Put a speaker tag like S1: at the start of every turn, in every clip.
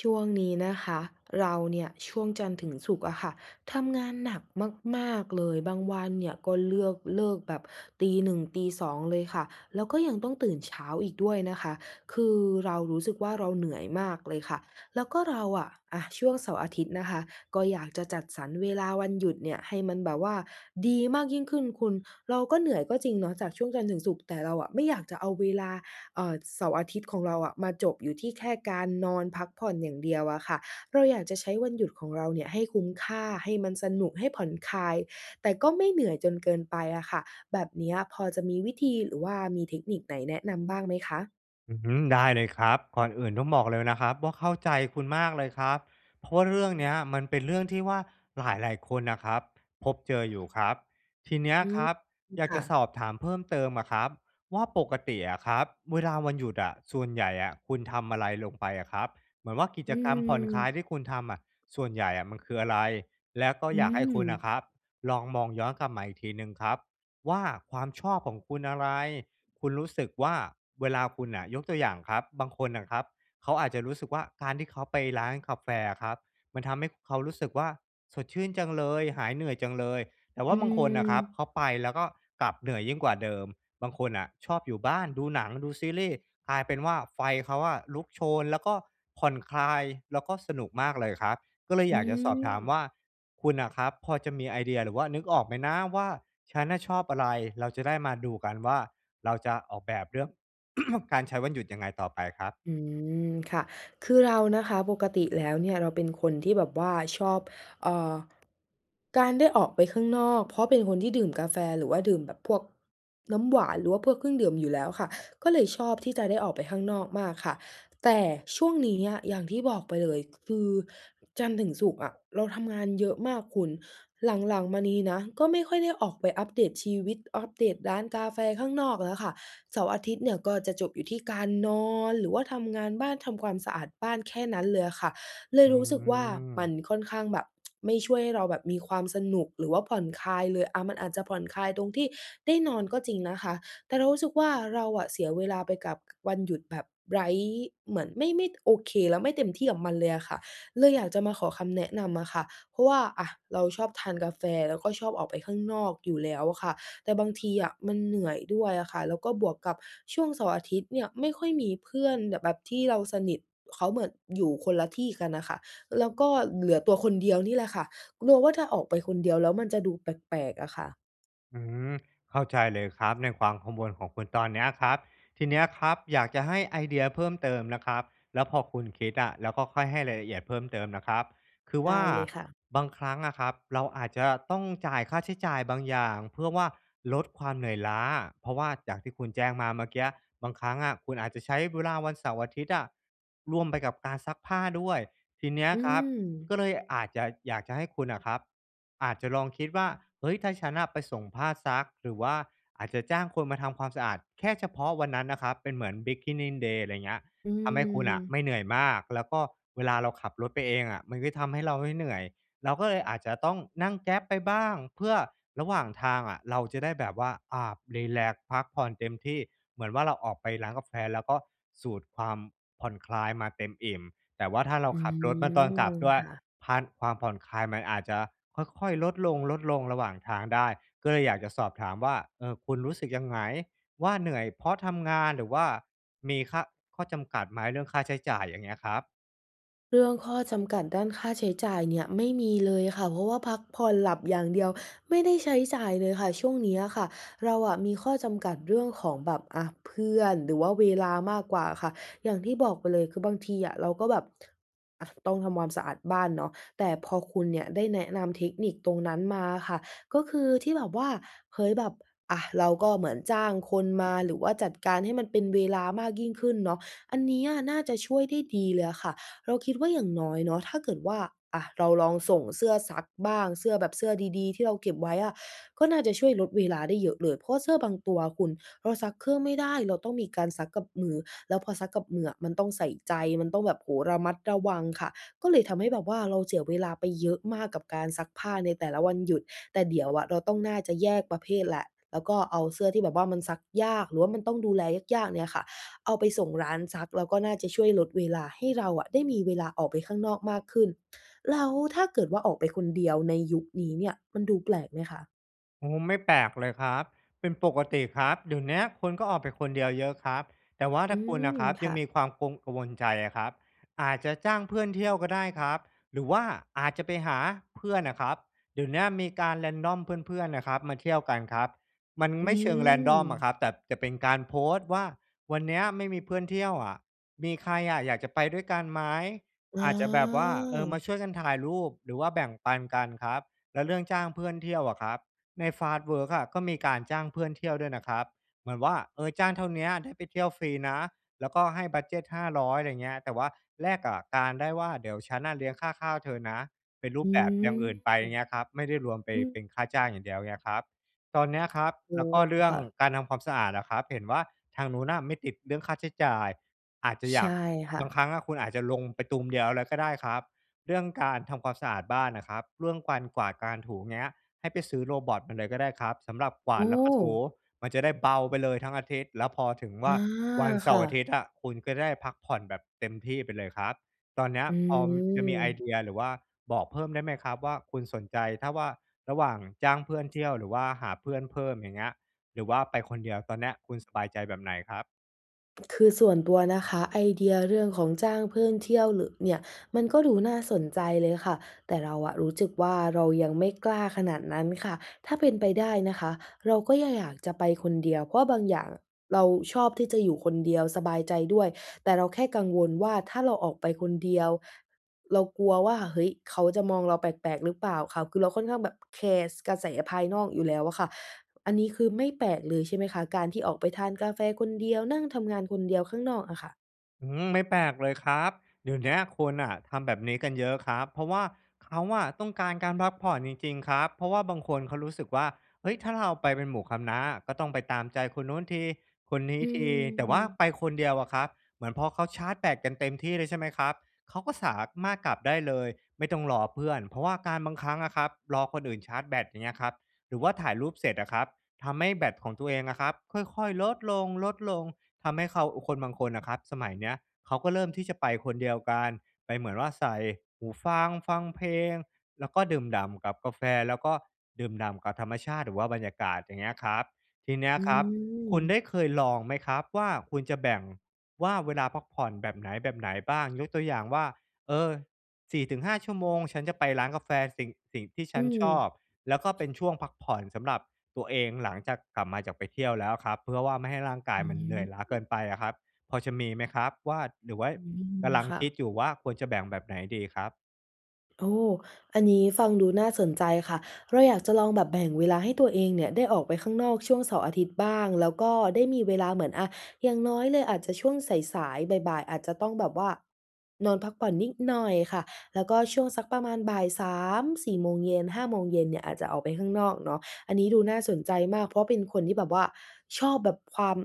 S1: ช่วงนี้นะคะเราเนี่ยช่วงจันทร์ถึงศุกร์อะค่ะทำงานหนักมากๆเลยบางวันเนี่ยก็เลือกเลิกแบบตีหนึ่งตีสองเลยค่ะแล้วก็ยังต้องตื่นเช้าอีกด้วยนะคะคือเรารู้สึกว่าเราเหนื่อยมากเลยค่ะแล้วก็เราอะช่วงเสาร์อาทิตย์นะคะก็อยากจะจัดสรรเวลาวันหยุดเนี่ยให้มันแบบว่าดีมากยิ่งขึ้นคุณเราก็เหนื่อยก็จริงเนาะจากช่วงจันทร์ถึงศุกร์แต่เราอะไม่อยากจะเอาเวลา เสาร์อาทิตย์ของเราอะมาจบอยู่ที่แค่การนอนพักผ่อนอย่างเดียวอะค่ะเราอยากจะใช้วันหยุดของเราเนี่ยให้คุ้มค่าให้มันสนุกให้ผ่อนคลายแต่ก็ไม่เหนื่อยจนเกินไปอะค่ะแบบเนี้ยพอจะมีวิธีหรือว่ามีเทคนิคไหนแนะนำบ้างไหมคะ
S2: อือฮึได้เลยครับก่อนอื่นต้องบอกเลยนะครับว่าเข้าใจคุณมากเลยครับเพราะว่าเรื่องเนี้ยมันเป็นเรื่องที่ว่าหลายๆคนน่ะครับพบเจออยู่ครับทีเนี้ย
S1: อื
S2: ค
S1: ม
S2: รับอยากจะ
S1: ค่ะ
S2: สอบถามเพิ่มเติมอะครับว่าปกติอะครับเวลาวันหยุดอะส่วนใหญ่อะคุณทำอะไรลงไปอะครับเหมือนว่ากิจ
S1: อื
S2: กรรมผ่อน
S1: ม
S2: คลายที่คุณทำอะส่วนใหญ่อะมันคืออะไรแล้วก็
S1: อื
S2: อยากให้คุณ
S1: ม
S2: น่ะครับลองมองย้อนกลับมาอีกทีหนึ่งครับว่าความชอบของคุณอะไร คุณรู้สึกว่าเวลาคุณน่ะยกตัวอย่างครับบางคนนะครับเขาอาจจะรู้สึกว่าการที่เขาไปร้านกาแฟครับมันทำให้เขารู้สึกว่าสดชื่นจังเลยหายเหนื่อยจังเลยแต่
S1: อื
S2: ว่าบางคนนะครับเขา
S1: ม
S2: ไปแล้วก็กลับเหนื่อยยิ่งกว่าเดิมบางคนอ่ะชอบอยู่บ้านดูหนังดูซีรีส์กลายเป็นว่าไฟเขาอะลุกโชนแล้วก็ผ่อนคลายแล้วก็สนุกมากเลยครับก็เลยอ
S1: อื
S2: ยากจะสอบถาม
S1: ม
S2: ว่าคุณนะครับพอจะมีไอเดียหรือว่านึกออกไหมนะว่าฉันน่ะชอบอะไรเราจะได้มาดูกันว่า เราจะออกแบบเรื่อง การใช้วันหยุดยังไงต่อไปครับ
S1: อืมค่ะคือเรานะคะปกติแล้วเนี่ยเราเป็นคนที่แบบว่าชอบเอ่อการได้ออกไปข้างนอกเพราะเป็นคนที่ดื่มกาแฟหรือว่าดื่มแบบพวกน้ำหวานหรือว่าพวกเครื่องดื่มอยู่แล้วค่ะก็เลยชอบที่จะได้ออกไปข้างนอกมากค่ะแต่ช่วงนี้อะอย่างที่บอกไปเลยคือจันทร์ถึงศุกร์อะเราทำงานเยอะมากคุณหลังๆมานี้นะก็ไม่ค่อยได้ออกไปอัปเดตชีวิตอัปเดตร้านกาแฟข้างนอกแล้วค่ะ เสาร์อาทิตย์เนี่ยก็จะจบอยู่ที่การนอนหรือว่าทำงานบ้านทำความสะอาดบ้านแค่นั้นเลยอะค่ะเลย
S2: อื
S1: รู้สึกว่ามัน
S2: ม
S1: ค่อนข้างแบบไม่ช่วยให้เราแบบมีความสนุกหรือว่าผ่อนคลายเลยอามันอาจจะผ่อนคลายตรงที่ได้นอนก็จริงนะคะแต่เรารู้สึกว่าเราอะเสียเวลาไปกับวันหยุดแบบไร้เหมือนไม่โอเคแล้วไม่เต็มที่กับมันเลยอะค่ะเลยอยากจะมาขอคำแนะนำอะค่ะเพราะว่าอะเราชอบทานกาแฟแล้วก็ชอบออกไปข้างนอกอยู่แล้วอะค่ะ แต่บางทีอะมันเหนื่อยด้วยอะค่ะแล้วก็บวกกับช่วงเสาร์อาทิตย์เนี่ยไม่ค่อยมีเพื่อนแบบที่เราสนิทเขาเหมือนอยู่คนละที่กันน่ะค่ะแล้วก็เหลือตัวคนเดียวนี่แหละค่ะกลัวว่าถ้าออกไปคนเดียวแล้วมันจะดูแปลกๆอะค่ะ
S2: อืมเข้าใจเลยครับในความกังวลของคุณตอนเนี้ยครับทีเนี้ยครับอยากจะให้ไอเดียเพิ่มเติมนะครับแล้วพอคุณคิดอะแล้วก็ค่อยให้รายละเอียดเพิ่มเติมนะครับคือว่า
S1: ได้เลยค่ะ
S2: บางครั้งอะครับเราอาจจะต้องจ่ายค่าใช้จ่ายบางอย่างเพื่อว่าลดความเหนื่อยล้าเพราะว่าจากที่คุณแจ้งมาเมื่อกี้บางครั้งอะคุณอาจจะใช้เวลาวันเสาร์อาทิตย์อะร่วมไปกับการซักผ้าด้วยทีเนี้ย
S1: อื
S2: ครับ
S1: ม
S2: ก็เลยอาจจะอยากจะให้คุณอะครับ อาจจะลองคิดว่าเฮ้ยถ้าฉันน่ะไปส่งผ้าซักหรือว่าอาจจะจ้างคนมาทำความสะอาดแค่เฉพาะวันนั้นนะครับเป็นเหมือน beginning day อะไรเงี้ย
S1: อื
S2: ทำให้คุณ
S1: ม
S2: อ่ะไม่เหนื่อยมาก แล้วก็เวลาเราขับรถไปเองอะมันก็ทำให้เราไม่เหนื่อย เราก็เลยอาจจะต้องนั่ง Grab ไปบ้างเพื่อระหว่างทางอะเราจะได้แบบว่ารีแลกซ์พักผ่อนเต็มที่ เหมือนว่าเราออกไปร้านกาแฟแล้วก็สูดความผ่อนคลายมาเต็มอิ่ม แต่ว่าถ้าเรา
S1: อื
S2: ขับรถมาตอนกลับ
S1: ม
S2: ด้วย
S1: ค่ะ
S2: พานความผ่อนคลายมันอาจจะค่อยๆลดลงระหว่างทางได้ก็เลยอยากจะสอบถามว่าเออคุณรู้สึกยังไงว่าเหนื่อยเพราะทำงานหรือว่ามีข้อจำกัดไหมเรื่องค่าใช้จ่ายอย่างเงี้ยครับ
S1: เรื่องข้อจำกัดด้านค่าใช้จ่ายเนี่ยไม่มีเลยค่ะเพราะว่าพักผ่อนหลับอย่างเดียวไม่ได้ใช้จ่ายเลยค่ะช่วงเนี้ยค่ะเราอะมีข้อจำกัดเรื่องของแบบอ่าเพื่อนหรือว่าเวลามากกว่าค่ะอย่างที่บอกไปเลยคือบางทีอะเราก็แบบอะต้องทำความสะอาดบ้านเนาะแต่พอคุณเนี่ยได้แนะนำเทคนิคตรงนั้นมาค่ะก็คือที่แบบว่าเฮ้ยแบบอะเราก็เหมือนจ้างคนมาหรือว่าจัดการให้มันเป็นเวลามากยิ่งขึ้นเนาะอันเนี้ยน่าจะช่วยได้ดีเลยอะค่ะ เราคิดว่าอย่างน้อยเนาะถ้าเกิดว่าอะเราลองส่งเสื้อซักบ้างเสื้อแบบเสื้อดีๆที่เราเก็บไว้อะก็น่าจะช่วยลดเวลาได้เยอะเลยเพราะว่าเสื้อบางตัวคุณเราซักเครื่องไม่ได้เราต้องมีการซักกับมือแล้วพอซักกับมืออะมันต้องใส่ใจมันต้องแบบโอ้โฮระมัดระวังค่ะก็เลยทำให้แบบว่าเราเสียเวลาไปเยอะมากกับการซักผ้าในแต่ละวันหยุดแต่เดี๋ยวอะเราต้องน่าจะแยกประเภทแหละแล้วก็เอาเสื้อที่แบบว่ามันซักยากหรือว่ามันต้องดูแลยากๆเนี่ยค่ะ เอาไปส่งร้านซักแล้วก็น่าจะช่วยลดเวลาให้เราอะได้มีเวลาออกไปข้างนอกมากขึ้นแล้วถ้าเกิดว่าออกไปคนเดียวในยุคนี้เนี่ยมันดูแปลกไหมคะ
S2: โอ้ไม่แปลกเลยครับเป็นปกติครับเดี๋ยวนี้คนก็ออกไปคนเดียวเยอะครับแต่ว่า
S1: อื
S2: ถ้าคุณนะ
S1: ม
S2: ครับยัง
S1: ค่ะ
S2: มีความกังวลใจอะครับอาจจะจ้างเพื่อนเที่ยวก็ได้ครับหรือว่าอาจจะไปหาเพื่อนนะครับเดี๋ยวนี้มีการ r a n d อมเพื่อนๆนะครับมาเที่ยวกันครับมัน
S1: อื
S2: ไม่เชิง r a นดอ
S1: ม
S2: มอะครับแต่จะเป็นการโพสต์ว่าวันเนี้ยไม่มีเพื่อนเที่ยวอะมีใครอะอยากจะไปด้วยกันไหม
S1: อ
S2: อาจจะแบบว่า
S1: า
S2: เออมาช่วยกันถ่ายรูปหรือว่าแบ่งปันกันครับแล้วเรื่องจ้างเพื่อนเที่ยวอะครับ ในฟาสต์เวิร์กอะก็มีการจ้างเพื่อนเที่ยวด้วยนะครับเหมือนว่าเออจ้างเท่าเนี้ยได้ไปเที่ยวฟรีนะแล้วก็ให้บัดเจต500อยอะไรเงี้ยแต่ว่าแลกกับการได้ว่าเดี๋ยวฉันน่ะเลี้ยงค่าข้าวเธอนะเป็นรูป
S1: อื
S2: แบบอย่างอื่นไป
S1: ม
S2: อย่างเงี้ยครับไม่ได้รวมไป
S1: อืม
S2: เป็นค่าจ้างอย่างเดียวเงี้ยครับตอนเนี้ยครับ
S1: โอ้
S2: แล้วก็เรื่อง
S1: ค่ะ
S2: การทำความสะอาดนะครับเห็นว่าทางนู้นน่ะไม่ติดเรื่องค่าใช้จ่ายอาจจะอยา
S1: ใช่
S2: ก
S1: ค่ะ
S2: บางครั้งอะคุณอาจจะลงไปตูมเดียวเลยก็ได้ครับเรื่องการทำความสะอาดบ้านนะครับเรื่องการกวาดการถูเงี้ย ให้ไปซื้อโรบอตมาเลยก็ได้ครับสำหรับกวา
S1: โอ้
S2: ดแล้วก็ถูมันจะได้เบาไปเลยทั้งอาทิตย์แล้วพอถึงว่า
S1: อา
S2: วันเสาร์
S1: ค่ะ
S2: อาทิตย์อะคุณก็ได้พักผ่อนแบบเต็มที่ไปเลยครับตอนเนี้ย
S1: อื
S2: พอจะมีไอเดี
S1: ม
S2: ยหรือว่าบอกเพิ่มได้ไหมครับว่าคุณสนใจถ้าว่าระหว่างจ้างเพื่อนเที่ยวหรือว่าหาเพื่อนเพิ่มอย่างเงี้ยหรือว่าไปคนเดียวตอนเนี้ยคุณสบายใจแบบไหนครับ
S1: คือส่วนตัวนะคะไอเดียเรื่องของจ้างเพื่อนเที่ยวหรือเนี่ยมันก็ดูน่าสนใจเลยค่ะแต่เราอะรู้สึกว่าเรายังไม่กล้าขนาดนั้นค่ะถ้าเป็นไปได้นะคะเราก็ยังอยากจะไปคนเดียวเพราะบางอย่างเราชอบที่จะอยู่คนเดียวสบายใจด้วยแต่เราแค่กังวลว่าถ้าเราออกไปคนเดียวเรากลัวว่าเฮ้ยเขาจะมองเราแปลกๆหรือเปล่าค่ะคือเราค่อนข้างแบบแคร์สกระแสภายนอกอยู่แล้วอะค่ะ อันนี้คือไม่แปลกเลยใช่ไหมคะการที่ออกไปทานกาแฟคนเดียวนั่งทำงานคนเดียวข้างนอกอะค่ะ
S2: อืมไม่แปลกเลยครับเดี๋ยวเนี้ยคนอ่ะทำแบบนี้กันเยอะครับเพราะว่าเขาอะต้องการการพักผ่อนจริงๆครับเพราะว่าบางคนเขารู้สึกว่าเฮ้ยถ้าเราไปเป็นหมู่คณะก็ต้องไปตามใจคนนู้นทีคนนี้
S1: อื
S2: ทีแต่ว่าไป
S1: ม
S2: คนเดียวอะครับเหมือนพอเขาชาร์จแบตกันเต็มที่เลยใช่ไหมครับเขาก็สามารถกลับได้เลยไม่ต้องรอเพื่อนเพราะว่าการบางครั้งอะครับรอคนอื่นชาร์จแบตอย่างเงี้ยครับหรือว่าถ่ายรูปเสร็จอะครับทำให้แบตของตัวเองอะครับค่อยๆลดลงลดลง ทำให้เขาคนบางคนนะครับสมัยเนี้ยเขาก็เริ่มที่จะไปคนเดียวกันไปเหมือนว่าใส่หูฟังฟังเพลงแล้วก็ดื่มด่ำกับกาแฟแล้วก็ดื่มด่ำกับธรรมชาติหรือว่าบรรยากาศอย่างเงี้ยครับทีเนี้ย
S1: อื
S2: ครับคุณได้
S1: ม
S2: เคยลองไหมครับว่าคุณจะแบ่งว่าเวลาพักผ่อนแบบไหนแบบไหนบ้างยกตัวอย่างว่าเออ4 ถึง 5 ชั่วโมงฉันจะไปร้านกาแฟสิ่งที่
S1: อื
S2: ฉัน
S1: ม
S2: ชอบแล้วก็เป็นช่วงพักผ่อนสำหรับ ตัวเองหลังจากกลับมาจากไปเที่ยวแล้วครับเพื่อว่าไม่ให้ร่างกาย
S1: อื
S2: มันเหนื่อยล้า
S1: ม
S2: เกินไปอะครับพอจะมีไหมครับว่าหรือว่า
S1: อืม
S2: กำลังคิดอ
S1: ค่ะ
S2: ยู่ว่าควรจะแบ่งแบบไหนดีครับ
S1: โอ้อันนี้ฟังดูน่าสนใจค่ะเราอยากจะลองแบบแบ่งเวลาให้ตัวเองเนี่ยได้ออกไปข้างนอกช่วงเสาร์อาทิตย์บ้างแล้วก็ได้มีเวลาเหมือนอะอย่างน้อยเลยอาจจะช่วงสายๆบ่ายๆอาจจะต้องแบบว่านอนพักผ่อนนิดหน่อยค่ะแล้วก็ช่วงสักประมาณบ่ายสามสี่โมงเย็นห้าโมงเย็นเนี่ยอาจจะออกไปข้างนอกเนาะ อันนี้ดูน่าสนใจมากเพราะเป็นคนที่แบบว่าชอบแบบความ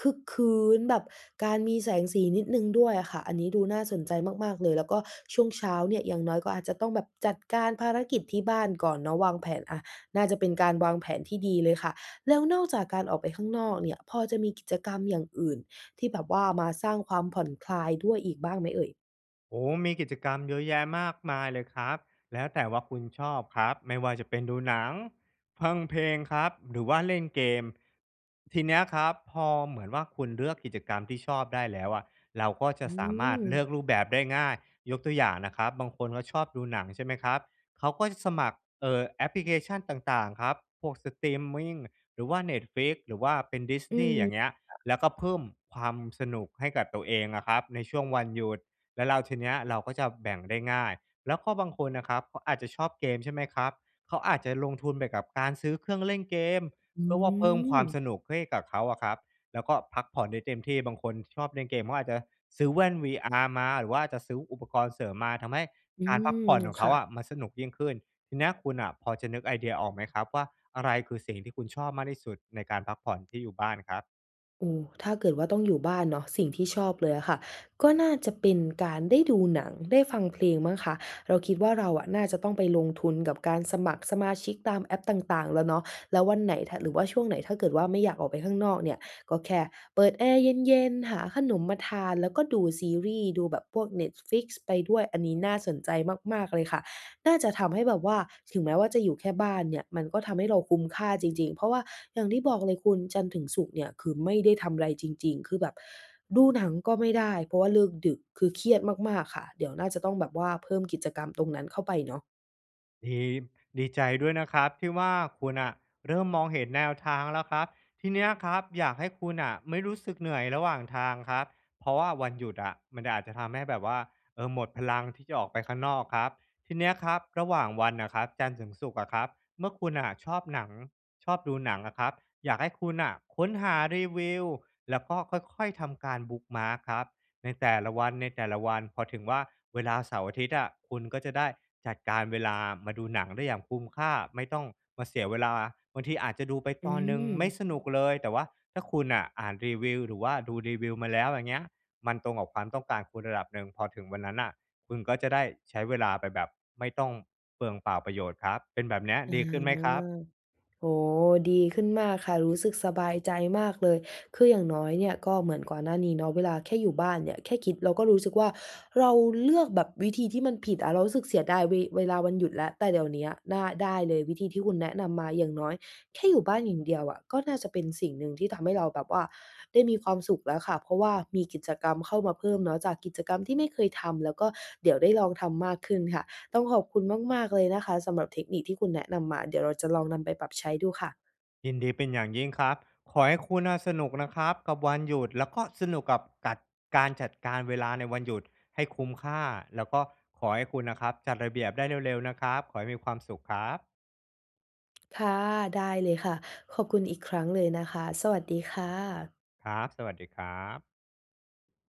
S1: คึกคื้นแบบการมีแสงสีนิดหนึ่งด้วยอะค่ะอันนี้ดูน่าสนใจมากๆเลยแล้วก็ช่วงเช้าเนี่ยอย่างน้อยก็อาจจะต้องแบบจัดการภารกิจที่บ้านก่อนเนาะวางแผนอะน่าจะเป็นการวางแผนที่ดีเลยค่ะแล้วนอกจากการออกไปข้างนอกเนี่ยพอจะมีกิจกรรมอย่างอื่นที่แบบว่ามาสร้างความผ่อนคลายด้วยอีกบ้างไหมเอ่ย
S2: โอ้ มีกิจกรรมเยอะแยะมากมายเลยครับ แล้วแต่ว่าคุณชอบครับ ไม่ว่าจะเป็นดูหนังฟังเพลงครับหรือว่าเล่นเกม ทีเนี้ยครับ พอเหมือนว่าคุณเลือกกิจกรรมที่ชอบได้แล้วอะเราก็จะ
S1: อื
S2: สามารถ
S1: ม
S2: เลือกรูปแบบได้ง่าย ยกตัวอย่างนะครับบางคนก็ชอบดูหนังใช่ไหมครับเขาก็จะสมัครแอปพลิเคชันต่างๆครับพวกสตรีมมิงหรือว่า Netflix หรือว่าเป็น
S1: อื
S2: Disney
S1: ม
S2: อย่างเงี้ยแล้วก็เพิ่มความสนุกให้กับตัวเองอะครับในช่วงวันหยุด แล้วเราทีเนี้ยเราก็จะแบ่งได้ง่ายแล้วก็บางคนนะครับเขาอาจจะชอบเกมใช่ไหมครับเขาอาจจะลงทุนไปกับการซื้อเครื่องเล่นเกม
S1: อื
S2: เพื่อว่าเพิ่มค
S1: ม
S2: วามสนุกให้กับเขาอะครับแล้วก็พักผ่อนได้เต็มที่บางคนชอบเล่นเกมเขาอาจจะซื้อแว่น VR มาหรือว่าจะซื้ออุปกรณ์เสริมมาทำให้
S1: อื
S2: การพักผ่
S1: ม
S2: อนของเขา
S1: ค่ะ
S2: อะมันสนุกยิ่งขึ้นทีเนี้ยคุณอะพอจะนึกไอเดียออกไหมครับว่าอะไรคือสิ่งที่คุณชอบมากที่สุดในการพักผ่อนที่อยู่บ้านครับ
S1: โอ้ถ้าเกิดว่าต้องอยู่บ้านเนาะสิ่งที่ชอบเลยอะค่ะก็น่าจะเป็นการได้ดูหนังได้ฟังเพลงมั้งคะเราคิดว่าเราอะน่าจะต้องไปลงทุนกับการสมัครสมาชิกตามแอปต่างๆแล้วเนาะแล้ววันไหนหรือว่าช่วงไหนถ้าเกิดว่าไม่อยากออกไปข้างนอกเนี่ยก็แค่เปิดแอร์เย็นๆหาขนมมาทานแล้วก็ดูซีรีส์ดูแบบพวก Netflix ไปด้วยอันนี้น่าสนใจมากๆเลยค่ะ น่าจะทำให้แบบว่าถึงแม้ว่าจะอยู่แค่บ้านเนี่ยมันก็ทำให้เราคุ้มค่าจริงๆ เพราะว่าอย่างที่บอกเลยคุณจันทร์ถึงศุกร์เนี่ยคือไม่ได้ทำอะไรจริงๆคือแบบดูหนังก็ไม่ได้เพราะว่าเลิกดึกคือเครียดมากๆ ค่ะเดี๋ยวน่าจะต้องแบบว่าเพิ่มกิจกรรมตรงนั้นเข้าไปเนาะ
S2: ดีดีใจด้วยนะครับที่ว่าคุณอะเริ่มมองเห็นแนวทางแล้วครับทีเนี้ยครับอยากให้คุณอ่ะไม่รู้สึกเหนื่อยระหว่างทางครับเพราะว่าวันหยุดอะมันอาจจะทำให้แบบว่าหมดพลังที่จะออกไปข้างนอกครับทีเนี้ยครับระหว่างวันน่ะครับจันทร์ถึงศุกร์อะครับเมื่อคุณอะชอบดูหนังอะครับอยากให้คุณอะค้นหารีวิวแล้วก็ค่อยๆทำการ bookmarkครับ ในแต่ละวันพอถึงว่าเวลาเสาร์อาทิตย์อะคุณก็จะได้จัดการเวลามาดูหนังได้อย่างคุ้มค่าไม่ต้องมาเสียเวลาบางทีอาจจะดูไป
S1: อื
S2: ตอนหนึ่งไม่ส
S1: ม
S2: นุกเลยแต่ว่าถ้าคุณอ่ะอ่านรีวิวหรือว่าดูรีวิวมาแล้วอย่างเงี้ยมันตรงกับความต้องการคุณระดับหนึ่งพอถึงวันนั้นอ่ะคุณก็จะได้ใช้เวลาไปแบบไม่ต้องเปลืองเปล่าประโยชน์ครับเป็นแบบเนี้ย
S1: อา
S2: ดีขึ้นไหมครับ
S1: โอ้ดีขึ้นมากค่ะรู้สึกสบายใจมากเลยคืออย่างน้อยเนี่ยก็เหมือนก่อนหน้านี้เนาะเวลาแค่อยู่บ้านเนี่ยแค่คิดเราก็รู้สึกว่าเราเลือกแบบวิธีที่มันผิดอะเรารู้สึกเสียดายเวลาวันหยุดแล้วแต่เดี๋ยวเนี้ยน่าได้เลยวิธีที่คุณแนะนำมาอย่างน้อยแค่อยู่บ้านอย่างเดียวอะก็น่าจะเป็นสิ่งหนึ่งที่ทำให้เราแบบว่าได้มีความสุขแล้วค่ะเพราะว่ามีกิจกรรมเข้ามาเพิ่มเนาะจากกิจกรรมที่ไม่เคยทำแล้วก็เดี๋ยวได้ลองทำมากขึ้นค่ะ ต้องขอบคุณมากๆเลยนะคะสำหรับเทคนิคที่คุณแนะนำมาเดี๋ยวเราจะลองนำไปปรับใช้ดูค่ะ
S2: ยินดีเป็นอย่างยิ่งครับ ขอให้คุณน่ะสนุกนะครับกับวันหยุดแล้วก็สนุกกับการจัดการเวลาในวันหยุดให้คุ้มค่าแล้วก็ขอให้คุณนะครับจัดระเบียบได้เร็วๆนะครับขอให้มีความสุขครับ
S1: ค่ะได้เลยค่ะขอบคุณอีกครั้งเลยนะคะสวัสดีค่ะ
S2: ครับสวัสดีครับ